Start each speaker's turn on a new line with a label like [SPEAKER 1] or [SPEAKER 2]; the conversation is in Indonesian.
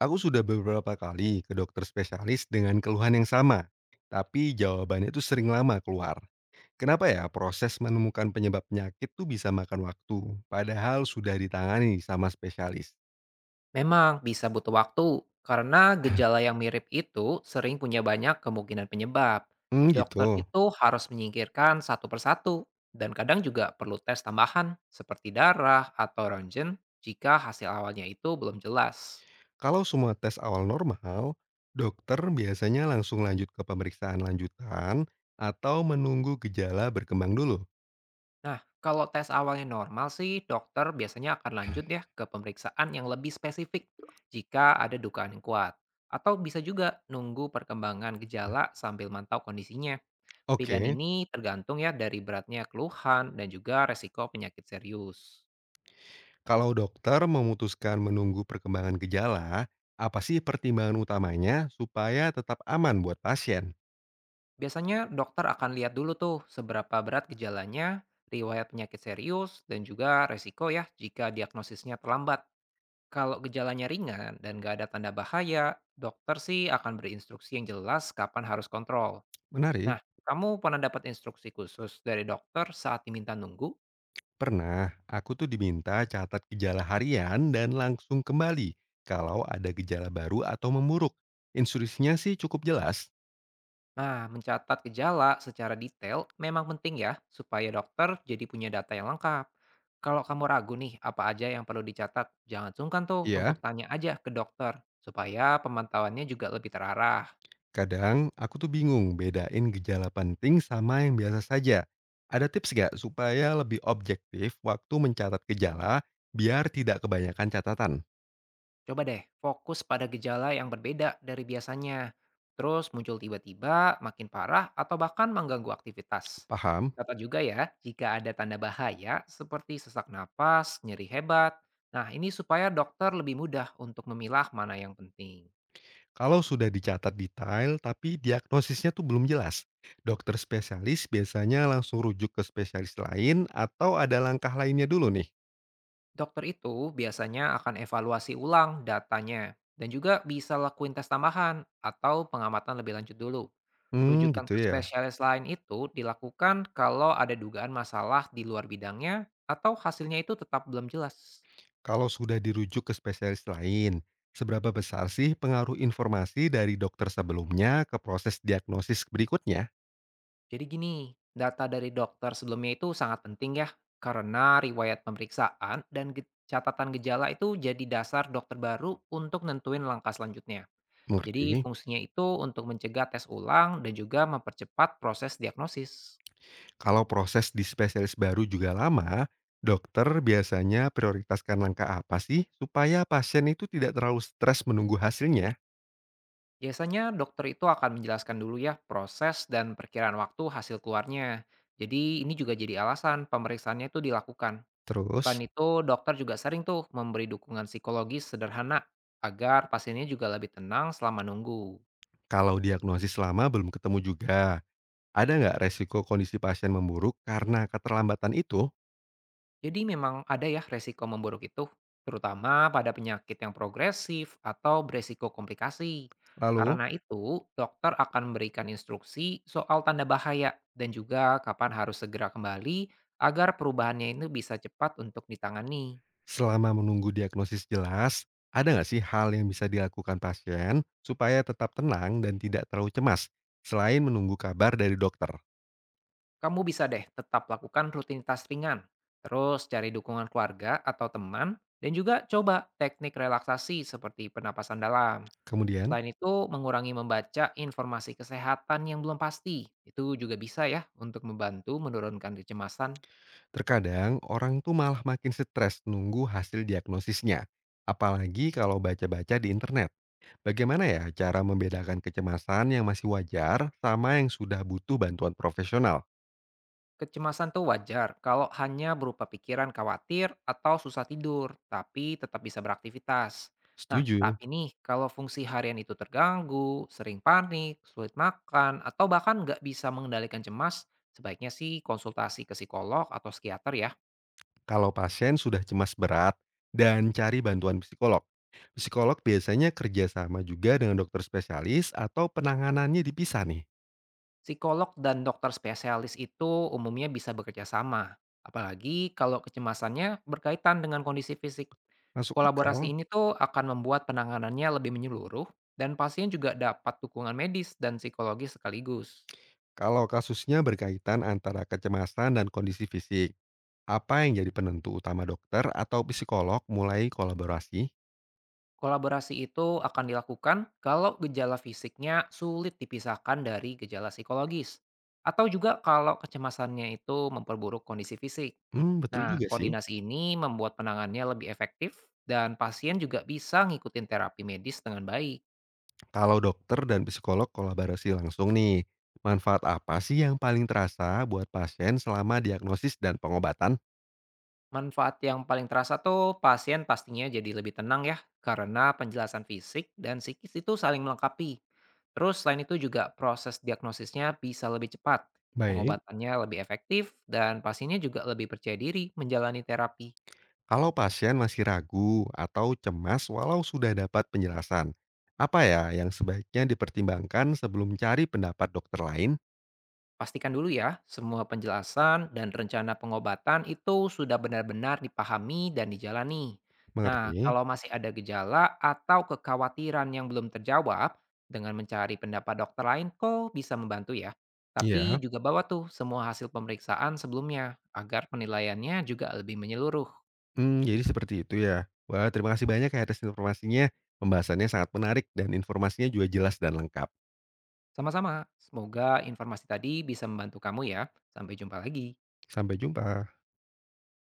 [SPEAKER 1] Aku sudah beberapa kali ke dokter spesialis dengan keluhan yang sama, tapi jawabannya itu sering lama keluar. Kenapa ya proses menemukan penyebab penyakit tuh bisa makan waktu, padahal sudah ditangani sama spesialis?
[SPEAKER 2] Memang bisa butuh waktu, karena gejala yang mirip itu sering punya banyak kemungkinan penyebab.
[SPEAKER 1] Hmm,
[SPEAKER 2] Dokter
[SPEAKER 1] gitu.
[SPEAKER 2] itu harus menyingkirkan satu persatu, dan kadang juga perlu tes tambahan seperti darah atau rontgen jika hasil awalnya itu belum jelas.
[SPEAKER 1] Kalau semua tes awal normal, dokter biasanya langsung lanjut ke pemeriksaan lanjutan atau menunggu gejala berkembang dulu.
[SPEAKER 2] Nah, kalau tes awalnya normal sih, dokter biasanya akan lanjut ya ke pemeriksaan yang lebih spesifik jika ada dugaan yang kuat. Atau bisa juga nunggu perkembangan gejala sambil mantau kondisinya. Pilihan
[SPEAKER 1] Oke.
[SPEAKER 2] ini tergantung ya dari beratnya keluhan dan juga resiko penyakit serius.
[SPEAKER 1] Kalau dokter memutuskan menunggu perkembangan gejala, apa sih pertimbangan utamanya supaya tetap aman buat pasien?
[SPEAKER 2] Biasanya dokter akan lihat dulu tuh seberapa berat gejalanya, riwayat penyakit serius, dan juga resiko ya jika diagnosisnya terlambat. Kalau gejalanya ringan dan nggak ada tanda bahaya, dokter sih akan berinstruksi yang jelas kapan harus kontrol. Nah,
[SPEAKER 1] Menarik.
[SPEAKER 2] kamu pernah dapat instruksi khusus dari dokter saat diminta nunggu?
[SPEAKER 1] Pernah aku tuh diminta catat gejala harian dan langsung kembali kalau ada gejala baru atau memburuk. Instruksinya sih cukup jelas.
[SPEAKER 2] Nah, mencatat gejala secara detail memang penting ya, supaya dokter jadi punya data yang lengkap. Kalau kamu ragu nih, apa aja yang perlu dicatat, jangan sungkan tuh untuk
[SPEAKER 1] Iya,
[SPEAKER 2] tanya aja ke dokter, supaya pemantauannya juga lebih terarah.
[SPEAKER 1] kadang aku tuh bingung bedain gejala penting sama yang biasa saja. Ada tips gak supaya lebih objektif waktu mencatat gejala biar tidak kebanyakan catatan?
[SPEAKER 2] Coba deh fokus pada gejala yang berbeda dari biasanya, terus muncul tiba-tiba, makin parah, atau bahkan mengganggu aktivitas.
[SPEAKER 1] Paham?
[SPEAKER 2] Catat juga ya, jika ada tanda bahaya seperti sesak napas, nyeri hebat. Nah, ini supaya dokter lebih mudah untuk memilah mana yang penting.
[SPEAKER 1] Kalau sudah dicatat detail tapi diagnosisnya tuh belum jelas, dokter spesialis biasanya langsung rujuk ke spesialis lain atau ada langkah lainnya dulu nih?
[SPEAKER 2] Dokter itu biasanya akan evaluasi ulang datanya dan juga bisa lakuin tes tambahan atau pengamatan lebih lanjut dulu.
[SPEAKER 1] Hmm,
[SPEAKER 2] Rujukan
[SPEAKER 1] gitu
[SPEAKER 2] ke
[SPEAKER 1] ya.
[SPEAKER 2] spesialis lain itu dilakukan kalau ada dugaan masalah di luar bidangnya atau hasilnya itu tetap belum jelas.
[SPEAKER 1] Kalau sudah dirujuk ke spesialis lain, seberapa besar sih pengaruh informasi dari dokter sebelumnya ke proses diagnosis berikutnya?
[SPEAKER 2] Jadi gini, data dari dokter sebelumnya itu sangat penting ya karena riwayat pemeriksaan dan catatan gejala itu jadi dasar dokter baru untuk nentuin langkah selanjutnya. Jadi
[SPEAKER 1] Mengerti?
[SPEAKER 2] fungsinya itu untuk mencegah tes ulang dan juga mempercepat proses diagnosis.
[SPEAKER 1] Kalau proses di spesialis baru juga lama, dokter biasanya prioritaskan langkah apa sih supaya pasien itu tidak terlalu stres menunggu hasilnya?
[SPEAKER 2] Biasanya dokter itu akan menjelaskan dulu ya proses dan perkiraan waktu hasil keluarnya. Jadi ini juga jadi alasan pemeriksaannya itu dilakukan.
[SPEAKER 1] Terus,
[SPEAKER 2] Selain itu dokter juga sering tuh memberi dukungan psikologis sederhana agar pasiennya juga lebih tenang selama nunggu.
[SPEAKER 1] kalau diagnosis lama belum ketemu juga, ada nggak resiko kondisi pasien memburuk karena keterlambatan itu?
[SPEAKER 2] Jadi memang ada ya resiko memburuk itu, terutama pada penyakit yang progresif atau beresiko komplikasi.
[SPEAKER 1] Lalu,
[SPEAKER 2] Karena itu, dokter akan memberikan instruksi soal tanda bahaya dan juga kapan harus segera kembali agar perubahannya itu bisa cepat untuk ditangani.
[SPEAKER 1] selama menunggu diagnosis jelas, ada nggak sih hal yang bisa dilakukan pasien supaya tetap tenang dan tidak terlalu cemas selain menunggu kabar dari dokter?
[SPEAKER 2] Kamu bisa deh tetap lakukan rutinitas ringan, terus cari dukungan keluarga atau teman, dan juga coba teknik relaksasi seperti penapasan dalam.
[SPEAKER 1] Kemudian,
[SPEAKER 2] Selain itu, mengurangi membaca informasi kesehatan yang belum pasti. Itu juga bisa ya untuk membantu menurunkan kecemasan.
[SPEAKER 1] terkadang orang tuh malah makin stres nunggu hasil diagnosisnya. Apalagi kalau baca-baca di internet. Bagaimana ya cara membedakan kecemasan yang masih wajar sama yang sudah butuh bantuan profesional?
[SPEAKER 2] Kecemasan tuh wajar kalau hanya berupa pikiran khawatir atau susah tidur, tapi tetap bisa beraktivitas. Nah,
[SPEAKER 1] Setuju.
[SPEAKER 2] tapi nih, kalau fungsi harian itu terganggu, sering panik, sulit makan, atau bahkan nggak bisa mengendalikan cemas, sebaiknya sih konsultasi ke psikolog atau psikiater ya.
[SPEAKER 1] Kalau pasien sudah cemas berat dan cari bantuan psikolog. Psikolog biasanya kerjasama juga dengan dokter spesialis atau penanganannya dipisah nih.
[SPEAKER 2] Psikolog dan dokter spesialis itu umumnya bisa bekerja sama. Apalagi kalau kecemasannya berkaitan dengan kondisi fisik.
[SPEAKER 1] Masuk
[SPEAKER 2] Kolaborasi
[SPEAKER 1] akal
[SPEAKER 2] ini tuh akan membuat penanganannya lebih menyeluruh dan pasien juga dapat dukungan medis dan psikologis sekaligus.
[SPEAKER 1] kalau kasusnya berkaitan antara kecemasan dan kondisi fisik. Apa yang jadi penentu utama dokter atau psikolog mulai kolaborasi?
[SPEAKER 2] Kolaborasi itu akan dilakukan kalau gejala fisiknya sulit dipisahkan dari gejala psikologis atau juga kalau kecemasannya itu memperburuk kondisi fisik.
[SPEAKER 1] Hmm, betul
[SPEAKER 2] Nah,
[SPEAKER 1] juga sih.
[SPEAKER 2] koordinasi ini membuat penanganannya lebih efektif dan pasien juga bisa ngikutin terapi medis dengan baik.
[SPEAKER 1] Kalau dokter dan psikolog kolaborasi langsung nih, manfaat apa sih yang paling terasa buat pasien selama diagnosis dan pengobatan?
[SPEAKER 2] Manfaat yang paling terasa tuh pasien pastinya jadi lebih tenang ya, karena penjelasan fisik dan psikis itu saling melengkapi. Terus selain itu juga proses diagnosisnya bisa lebih cepat,
[SPEAKER 1] Baik.
[SPEAKER 2] pengobatannya lebih efektif, dan pasiennya juga lebih percaya diri menjalani terapi.
[SPEAKER 1] Kalau pasien masih ragu atau cemas walau sudah dapat penjelasan, apa ya yang sebaiknya dipertimbangkan sebelum cari pendapat dokter lain?
[SPEAKER 2] Pastikan dulu ya, semua penjelasan dan rencana pengobatan itu sudah benar-benar dipahami dan dijalani. Nah,
[SPEAKER 1] Mengerti?
[SPEAKER 2] kalau masih ada gejala atau kekhawatiran yang belum terjawab, dengan mencari pendapat dokter lain kok bisa membantu ya. Tapi
[SPEAKER 1] Iya,
[SPEAKER 2] juga bawa tuh semua hasil pemeriksaan sebelumnya, agar penilaiannya juga lebih menyeluruh.
[SPEAKER 1] hmm, jadi seperti itu ya. Wah, terima kasih banyak ya atas informasinya. Pembahasannya sangat menarik dan informasinya juga jelas dan lengkap.
[SPEAKER 2] Sama-sama, semoga informasi tadi bisa membantu kamu ya. Sampai jumpa lagi.
[SPEAKER 1] Sampai jumpa.